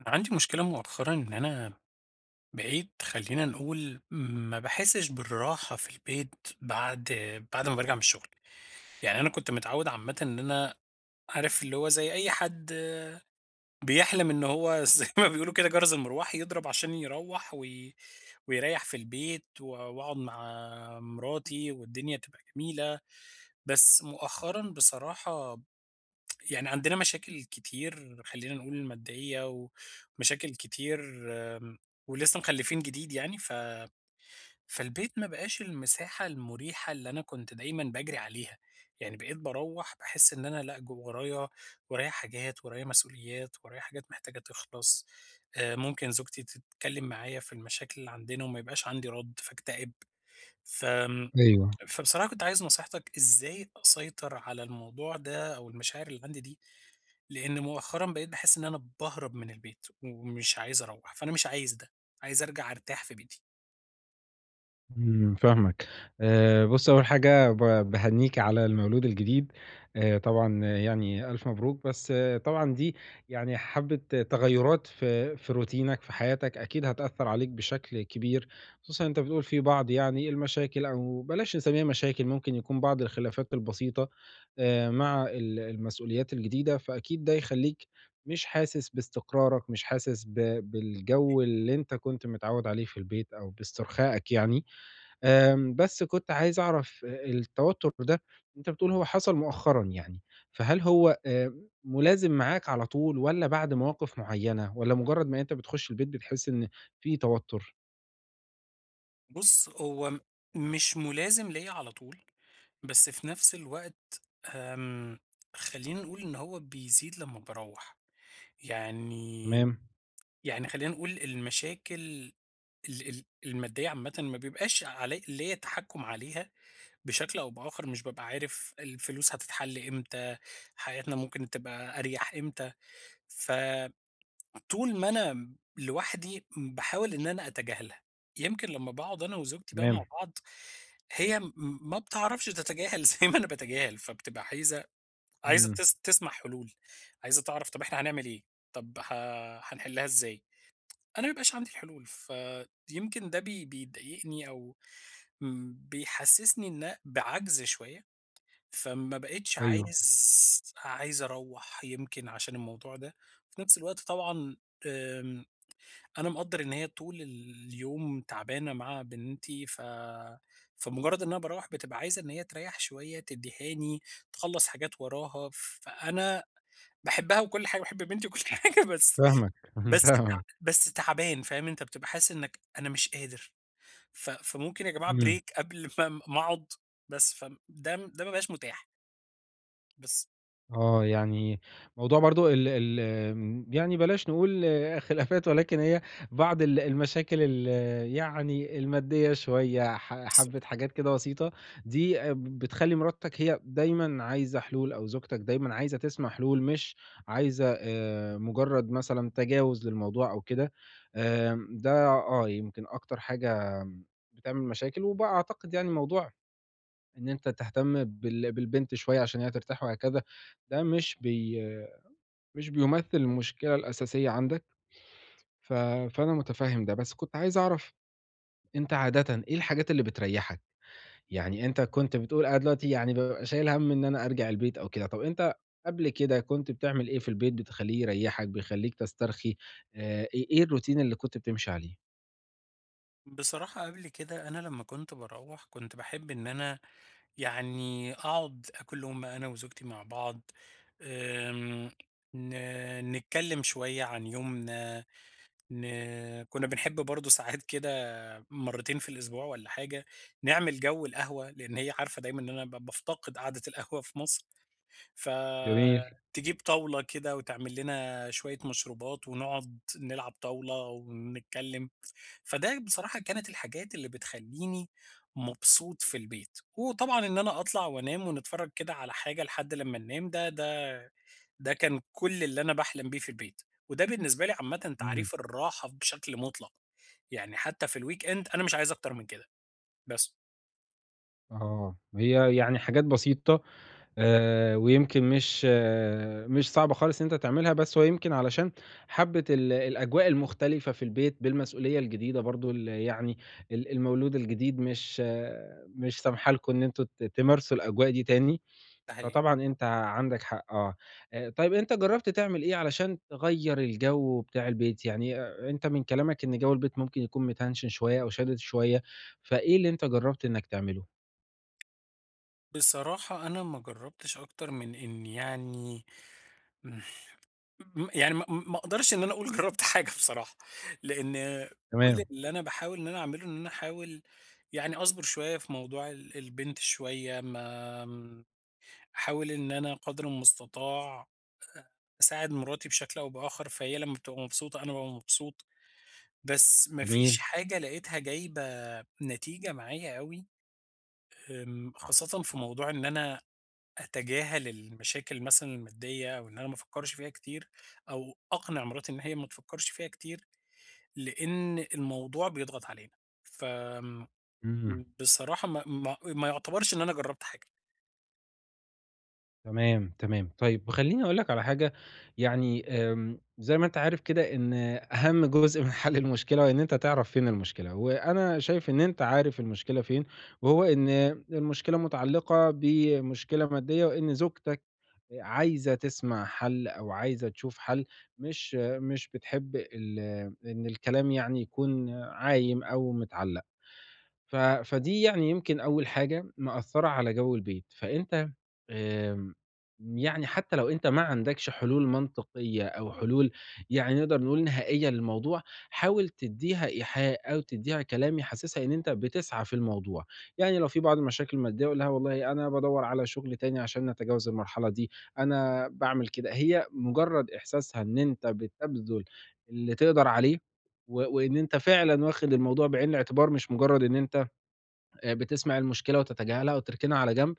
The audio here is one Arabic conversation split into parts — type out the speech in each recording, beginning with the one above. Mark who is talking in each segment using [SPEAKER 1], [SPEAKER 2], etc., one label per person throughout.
[SPEAKER 1] أنا عندي مشكلة مؤخرًا إن أنا بقيت خلّينا نقول ما باحسش بالراحة في البيت بعد بعد ما بارجع من الشغل، يعني أنا كنت متعوّد عامةً إن أنا عارف اللي هو زي أي حد بيحلم إن هو زي ما بيقولوا كده جرس المروّح يضرب عشان يروّح ويريّح في البيت و وأقعد مع مراتي والدنيا تبقى جميلة، بس مؤخرًا بصراحة يعني عندنا مشاكل كتير خلّينا نقول مادية، ومشاكل كتير آمم، ولسه مخلّفين جديد يعني، ف فالبيت ما بقاش المساحة المُريحة اللي أنا كنت دايمًا باجري عليها، يعني بقيت باروّح باحس إن أنا لأ، ورايا حاجات، ورايا مسؤوليات، ورايا حاجات محتاجة تخلص، ممكن زوجتي تتكلم معايا في المشاكل اللي عندنا وما يبقاش عندي رَد فاكتئب، فآمم،
[SPEAKER 2] أيوه.
[SPEAKER 1] فبصراحة كنت عايز نصيحتك إزاي أسيطر على الموضوع ده أو المشاعر اللي عندي دي؟ لإن مؤخرًا بقيت باحس إن أنا باهرب من البيت، ومش عايز أروّح، فأنا مش عايز ده، عايز أرجع أرتاح في بيتي.
[SPEAKER 2] إمم، فاهمك. بُص، أول حاجة باهنّيك على المولود الجديد، طبعًا يعني ألف مبروك، بس طبعًا دي يعني حبّة تغيُّرات في روتينك، في حياتك، أكيد هتأثّر عليك بشكل كبير، خصوصًا أنت بتقول في بعض يعني المشاكل أو بلاش نسمّيها مشاكل، ممكن يكون بعض الخلافات البسيطة مع المسؤوليات الجديدة، فأكيد ده يخلّيك مش حاسس باستقرارك، مش حاسس بالجَو اللي أنت كنت متعوّد عليه في البيت أو باسترخائك يعني. بس كنت عايز أعرف التوتر ده أنت بتقول هو حصل مؤخرًا يعني، فهل هو ملازم معاك على طول والّا بعد مواقف معيّنة، والّا مجرد ما أنت بتخش البيت بتحس إن في توتر؟
[SPEAKER 1] بُص، هو مش ملازم ليّا على طول، بس في نفس الوقت آمم، خلّينا نقول إن هو بيزيد لمّا باروّح، يعني
[SPEAKER 2] تمام،
[SPEAKER 1] يعني خلّينا نقول المشاكل ال المادية عامةً ما بيبقاش علي ليّا تحكُم عليها بشكل أو بآخر، مش بابقى عارف الفلوس هتتحل إمتى، حياتنا ممكن تبقى أريح إمتى، ف طول ما أنا لوحدي باحاول إن أنا أتجاهلها، يمكن لمّا باقعد أنا وزوجتي بقى مع
[SPEAKER 2] تمام،
[SPEAKER 1] بعض هي ما بتعرفش تتجاهل زي ما أنا باتجاهل، فبتبقى عايزة عايزة
[SPEAKER 2] إمم،
[SPEAKER 1] تس تسمع حلول، عايزة تعرف طب إحنا هنعمل إيه؟ طب هنحلها إزاي؟ أنا ما بيبقاش عندي الحلول، فيمكن ده بيضايقني أو بيحسسني إن بعجز شوية، فما بقيتش
[SPEAKER 2] أيوه،
[SPEAKER 1] عايز أروّح يمكن عشان الموضوع ده، في نفس الوقت طبعًا آمم أنا مقدّر إن هي طول اليوم تعبانة مع بنتي، ف فمجرّد إن أنا باروّح بتبقى عايزة إن هي تريّح شوية، تدّيهاني، تخلّص حاجات وراها، فأنا باحبها وكل حاجة، باحب بنتي وكل حاجة
[SPEAKER 2] فاهمك،
[SPEAKER 1] بس تع
[SPEAKER 2] فاهمك،
[SPEAKER 1] بس تعبان فاهم، أنت بتبقى حاسس إنك أنا مش قادر، ف فممكن يا جماعة
[SPEAKER 2] إمم.
[SPEAKER 1] break قبل ما أقعد بس، فده ده ما بقاش متاح، بس
[SPEAKER 2] يعني موضوع برضه ال ال آمم، يعني بلاش نقول خلافات، ولكن هي بعض المشاكل ال آه، يعني المادية شوية، حبّة
[SPEAKER 1] بالضبط.
[SPEAKER 2] حاجات كده بسيطة، دي بتخلّي مراتك هي دايمًا عايزة حلول أو زوجتك دايمًا عايزة تسمع حلول، مش عايزة مجرد مثلًا تجاوز للموضوع أو كده، ده يمكن أكتر حاجة بتعمل مشاكل، وباعتقد يعني موضوع إن أنت تهتم بالبنت شوية عشان هي ترتاح وهكذا، ده مش بيمثّل المشكلة الأساسية عندك، ف فأنا متفهّم ده، بس كنت عايز أعرف أنت عادةً إيه الحاجات اللي بتريّحك؟ يعني أنت كنت بتقول أنا دلوقتي يعني بابقى شايل هَم إن أنا أرجع البيت أو كده، طَب أنت قبل كده كنت بتعمل إيه في البيت بتخلّيه يريّحك، بيخلّيك تسترخي، إيه الroutine اللي كنت بتمشي عليه؟
[SPEAKER 1] بصراحة قبل كده أنا لمّا كنت باروّح كنت باحب إن أنا يعني أقعد آكل لقمة أنا وزوجتي مع بعض، آمم، ن نتكلم شوية عن يومنا، كنا بنحب برضه ساعات كده مرتين في الأسبوع والّا حاجة، نعمل جو القهوة، لإن هي عارفة دايمًا إن أنا بافتقد قعدة القهوة في مصر.
[SPEAKER 2] جميل،
[SPEAKER 1] فتجيب طاولة كده وتعمل لنا شوية مشروبات ونقعد نلعب طاولة ونتكلم، فده بصراحة كانت الحاجات اللي بتخلّيني مبسوط في البيت، وطبعًا إن أنا أطلع وأنام ونتفرج كده على حاجة لحد لمّا ننام ده ده كان كل اللي أنا باحلم بيه في البيت، وده بالنسبة لي عامةً
[SPEAKER 2] إمم،
[SPEAKER 1] تعريف الراحة بشكل مطلق، يعني حتى في الweekend أنا مش عايز أكتر من كده، بس،
[SPEAKER 2] آه، هي يعني حاجات بسيطة ويمكن مش صعبة خالص إن أنت تعملها، بس هو يمكن علشان حبّة الأجواء المختلفة في البيت بالمسؤولية الجديدة برضه يعني المولود الجديد مش سامحة لكم إن أنتم تمارسوا الأجواء دي تاني،
[SPEAKER 1] ده حقيقي.
[SPEAKER 2] فطبعًا أنت عندك حق آه. طيب أنت جرّبت تعمل إيه علشان تغيّر الجو بتاع البيت؟ يعني أنت من كلامك إن جو البيت ممكن يكون متهنشن شوية أو شادد شوية، فإيه اللي أنت جرّبت إنك تعمله؟
[SPEAKER 1] بصراحة أنا ما جرّبتش أكتر من إن يعني يعني ما أقدرش إن أنا أقول جرّبت حاجة بصراحة، لإن كل
[SPEAKER 2] تمام،
[SPEAKER 1] اللي أنا باحاول إن أنا أعمله إن أنا أحاول يعني أصبر شوية في موضوع البنت شوية، ما آمم، أحاول إن أنا قدر المستطاع أ أساعد مراتي بشكل أو بآخر، فهي لمّا بتبقى مبسوطة أنا بابقى مبسوط، بس ما
[SPEAKER 2] جميل،
[SPEAKER 1] فيش حاجة لقيتها جايبة نتيجة معايا أوي، خاصةً في موضوع إن أنا أتجاهل المشاكل مثلًا المادية أو إن أنا ما أفكّرش فيها كتير، أو أقنع مراتي إن هي ما تفكّرش فيها كتير، لإن الموضوع بيضغط علينا. فآمم،
[SPEAKER 2] إمم.
[SPEAKER 1] بصراحة ما يعتبرش إن أنا جرّبت حاجة.
[SPEAKER 2] تمام، تمام. طيب خلّيني أقول لك على حاجة، يعني زي ما أنت عارف كده إن أهم جزء من حل المشكلة هو إن أنت تعرف فين المشكلة، وأنا شايف إن أنت عارف المشكلة فين، وهو إن المشكلة متعلقة بمشكلة مادية وإن زوجتك عايزة تسمع حل أو عايزة تشوف حل، مش مش بتحب إن الكلام يعني يكون عايم أو متعلق. فدي يعني يمكن أول حاجة مأثّرة على جو البيت، فأنت آمم، يعني حتى لو أنت ما عندكش حلول منطقية أو حلول يعني نقدر نقول نهائية للموضوع، حاول تدّيها إيحاء أو تدّيها كلام يحسّسها إن أنت بتسعى في الموضوع، يعني لو في بعض المشاكل المادية قُل لها والله أنا بادوّر على شغل تاني عشان أتجاوز المرحلة دي، أنا باعمل كده، هي مجرّد إحساسها إن أنت بتبذل اللي تقدر عليه وإن أنت فعلًا واخد الموضوع بعين الاعتبار مش مجرّد إن أنت بتسمع المشكلة وتتجاهلها وتركنها على جنب؟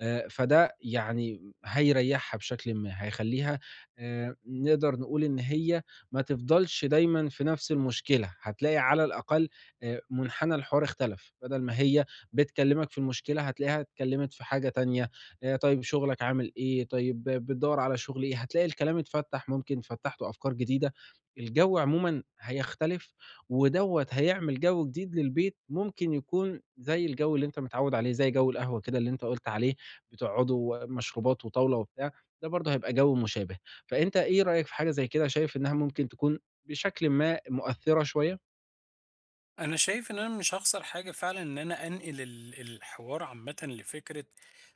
[SPEAKER 2] فده يعني هيريّحها بشكلٍ ما، هيخلّيها نقدر نقول إن هي ما تفضلش دايمًا في نفس المشكلة، هتلاقي على الأقل منحنى الحوار اختلف، بدل ما هي بتكلّمك في المشكلة هتلاقيها اتكلّمت في حاجة تانية، طيب شغلك عامل إيه، طيب بتدوّر على شغل إيه، هتلاقي الكلام اتفتّح ممكن فتّحتوا أفكار جديدة، الجو عمومًا هيختلف، ودوّة هيعمل جو جديد للبيت ممكن يكون زي الجو اللي أنت متعوّد عليه، زي جو القهوة كده اللي أنت قُلت عليه، بتقعدوا مشروبات وطاولة وبتاع، ده برضه هيبقى جو مشابه. فأنت إيه رأيك في حاجة زي كده شايف إنها ممكن تكون بشكلٍ ما مؤثّرة شوية؟
[SPEAKER 1] أنا شايف إن أنا مش هاخسر حاجة فعلًا إن أنا أنقل الحوار عامةً لفكرة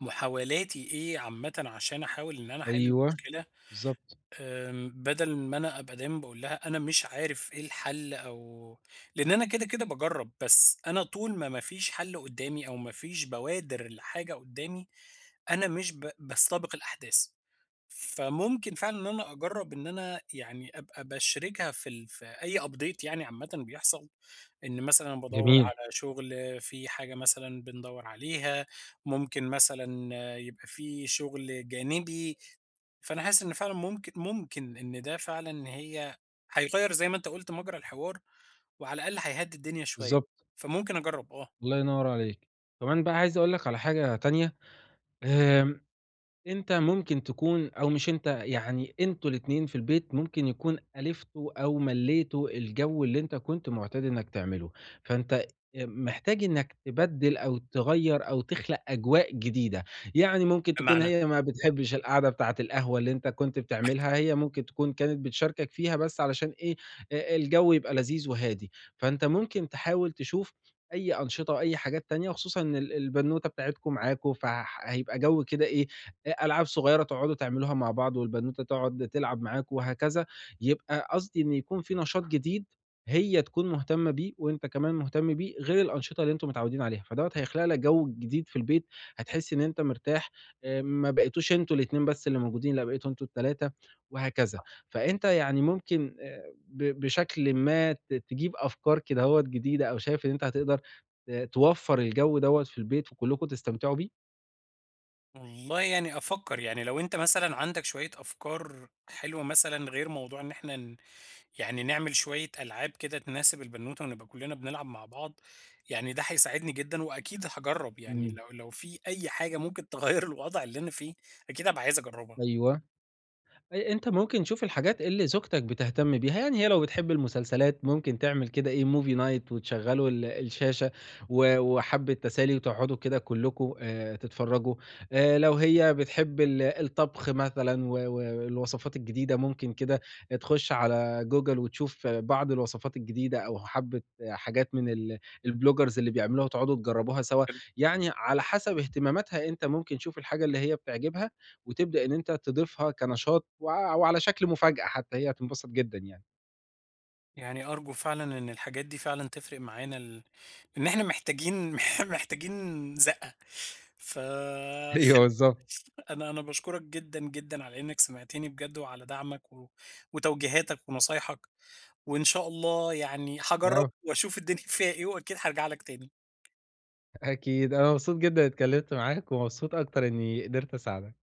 [SPEAKER 1] محاولاتي إيه عامةً عشان أحاول إن أنا أحل
[SPEAKER 2] أيوه،
[SPEAKER 1] المشكلة
[SPEAKER 2] بالضبط،
[SPEAKER 1] بدل ما أنا أبقى دايمًا باقول لها أنا مش عارف إيه الحل أو لإن أنا كده، كده باجرّب، بس أنا طول ما ما فيش حل قدّامي أو ما فيش بوادر لحاجة قدّامي، أنا مش باستبق الأحداث. فممكن فعلًا إن أنا أجرّب إن أنا يعني أبقى باشرِجها في أي update يعني عامةً بيحصل، إن مثلًا بادوّر
[SPEAKER 2] جميل،
[SPEAKER 1] على شُغل، في حاجة مثلًا بندوّر عليها، ممكن مثلًا آه، يبقى في شُغل جانبي، فأنا حاسس إن فعلًا ممكن إن ده فعلًا إن هيغيّر زي ما أنت قُلت مجرى الحوار، وعلى الأقل هيهدّي الدنيا شوية،
[SPEAKER 2] بالضبط،
[SPEAKER 1] فممكن أجرّب.
[SPEAKER 2] الله ينوّر عليك. كمان بقى عايز أقول لك على حاجة تانية، آمم أنت ممكن تكون أو مش أنت، يعني أنتم الاتنين في البيت ممكن يكون ألفتوا أو ملّيتوا الجو اللي أنت كنت مُعتاد إنّك تعمله، فأنت محتاج إنّك تبدِّل أو تغيّر أو تخلق أجواء جديدة، يعني ممكن تكون
[SPEAKER 1] بمعنى
[SPEAKER 2] هي ما بتحبّش القعدة بتاعة القهوة اللي أنت كنت بتعملها، هي ممكن تكون كانت بتشاركك فيها بس علشان إيه، الجو يبقى لذيذ وهادي، فأنت ممكن تحاول تشوف أي أنشطة وأي حاجات تانية، خصوصًا إن البنوتة بتاعتكم معاكم، هيبقى جو كده إيه ألعاب صغيرة تقعدوا تعملوها مع بعض، والبنوتة تقعد تلعب معاك وهكذا، يبقى قصدي إن يكون في نشاط جديد هي تكون مهتمة بيه وأنت كمان مهتم بيه، غير الأنشطة اللي أنتم متعودين عليها، فدوّة هيخلق لك جو جديد في البيت، هتحس إن أنت مرتاح، ما بقيتوش أنتم الاتنين بس اللي موجودين، لأ بقيتوا أنتم ال3 وهكذا، فأنت يعني ممكن بشكلٍ ما تجيب أفكار كدهوّة جديدة، أو شايف إن أنت هتقدر توفّر الجو دوّة في البيت وكلّكم تستمتعوا بيه؟
[SPEAKER 1] والله يعني أفكّر، يعني لو أنت مثلًا عندك شوية أفكار حلوة مثلًا غير موضوع إن إحنا يعني نعمل شوية ألعاب كده تناسب البنوتة ونبقى كُلّنا بنلعب مع بعض، يعني ده هيساعدني جدًا وأكيد هاجرّب، يعني
[SPEAKER 2] إمم.
[SPEAKER 1] لو في أي حاجة ممكن تغيّر الوضع اللي أنا فيه، أكيد هابقى عايز أجرّبها.
[SPEAKER 2] أيوه. أنت ممكن تشوف الحاجات اللي زوجتك بتهتم بيها، يعني هي لو بتحب المسلسلات ممكن تعمل كده إيه movie night وتشغّلوا الشاشة وحبّة تسالي وتقعدوا كده كلّكم تتفرّجوا، لو هي بتحب الطبخ مثلًا والوصفات الجديدة ممكن كده تخُش على Google وتشوف بعض الوصفات الجديدة أو حبّة حاجات من البلوجرز اللي بيعملوها وتقعدوا تجرّبوها سوا، يعني على حسب اهتماماتها أنت ممكن تشوف الحاجة اللي هي بتعجبها وتبدأ إن أنت تضيفها كنشاط وعلى شكل مفاجأة حتى، هي هتنبسط جدًا يعني.
[SPEAKER 1] يعني أرجو فعلًا إن الحاجات دي فعلًا تفرق معانا ال إن إحنا محتاجين محتاجين زَقّة. ف
[SPEAKER 2] أيوه بالضبط،
[SPEAKER 1] أنا باشكرك جدًا، جدًا على إنك سمعتني بجد وعلى دعمك و وتوجيهاتك ونصايحك، وإن شاء الله يعني هاجرّب
[SPEAKER 2] آه،
[SPEAKER 1] وأشوف الدنيا فيها إيه وأكيد هارجع لك تاني.
[SPEAKER 2] أكيد. أنا مبسوط جدًا إني اتكلمت معاك، ومبسوط أكتر إني قدرت أساعدك.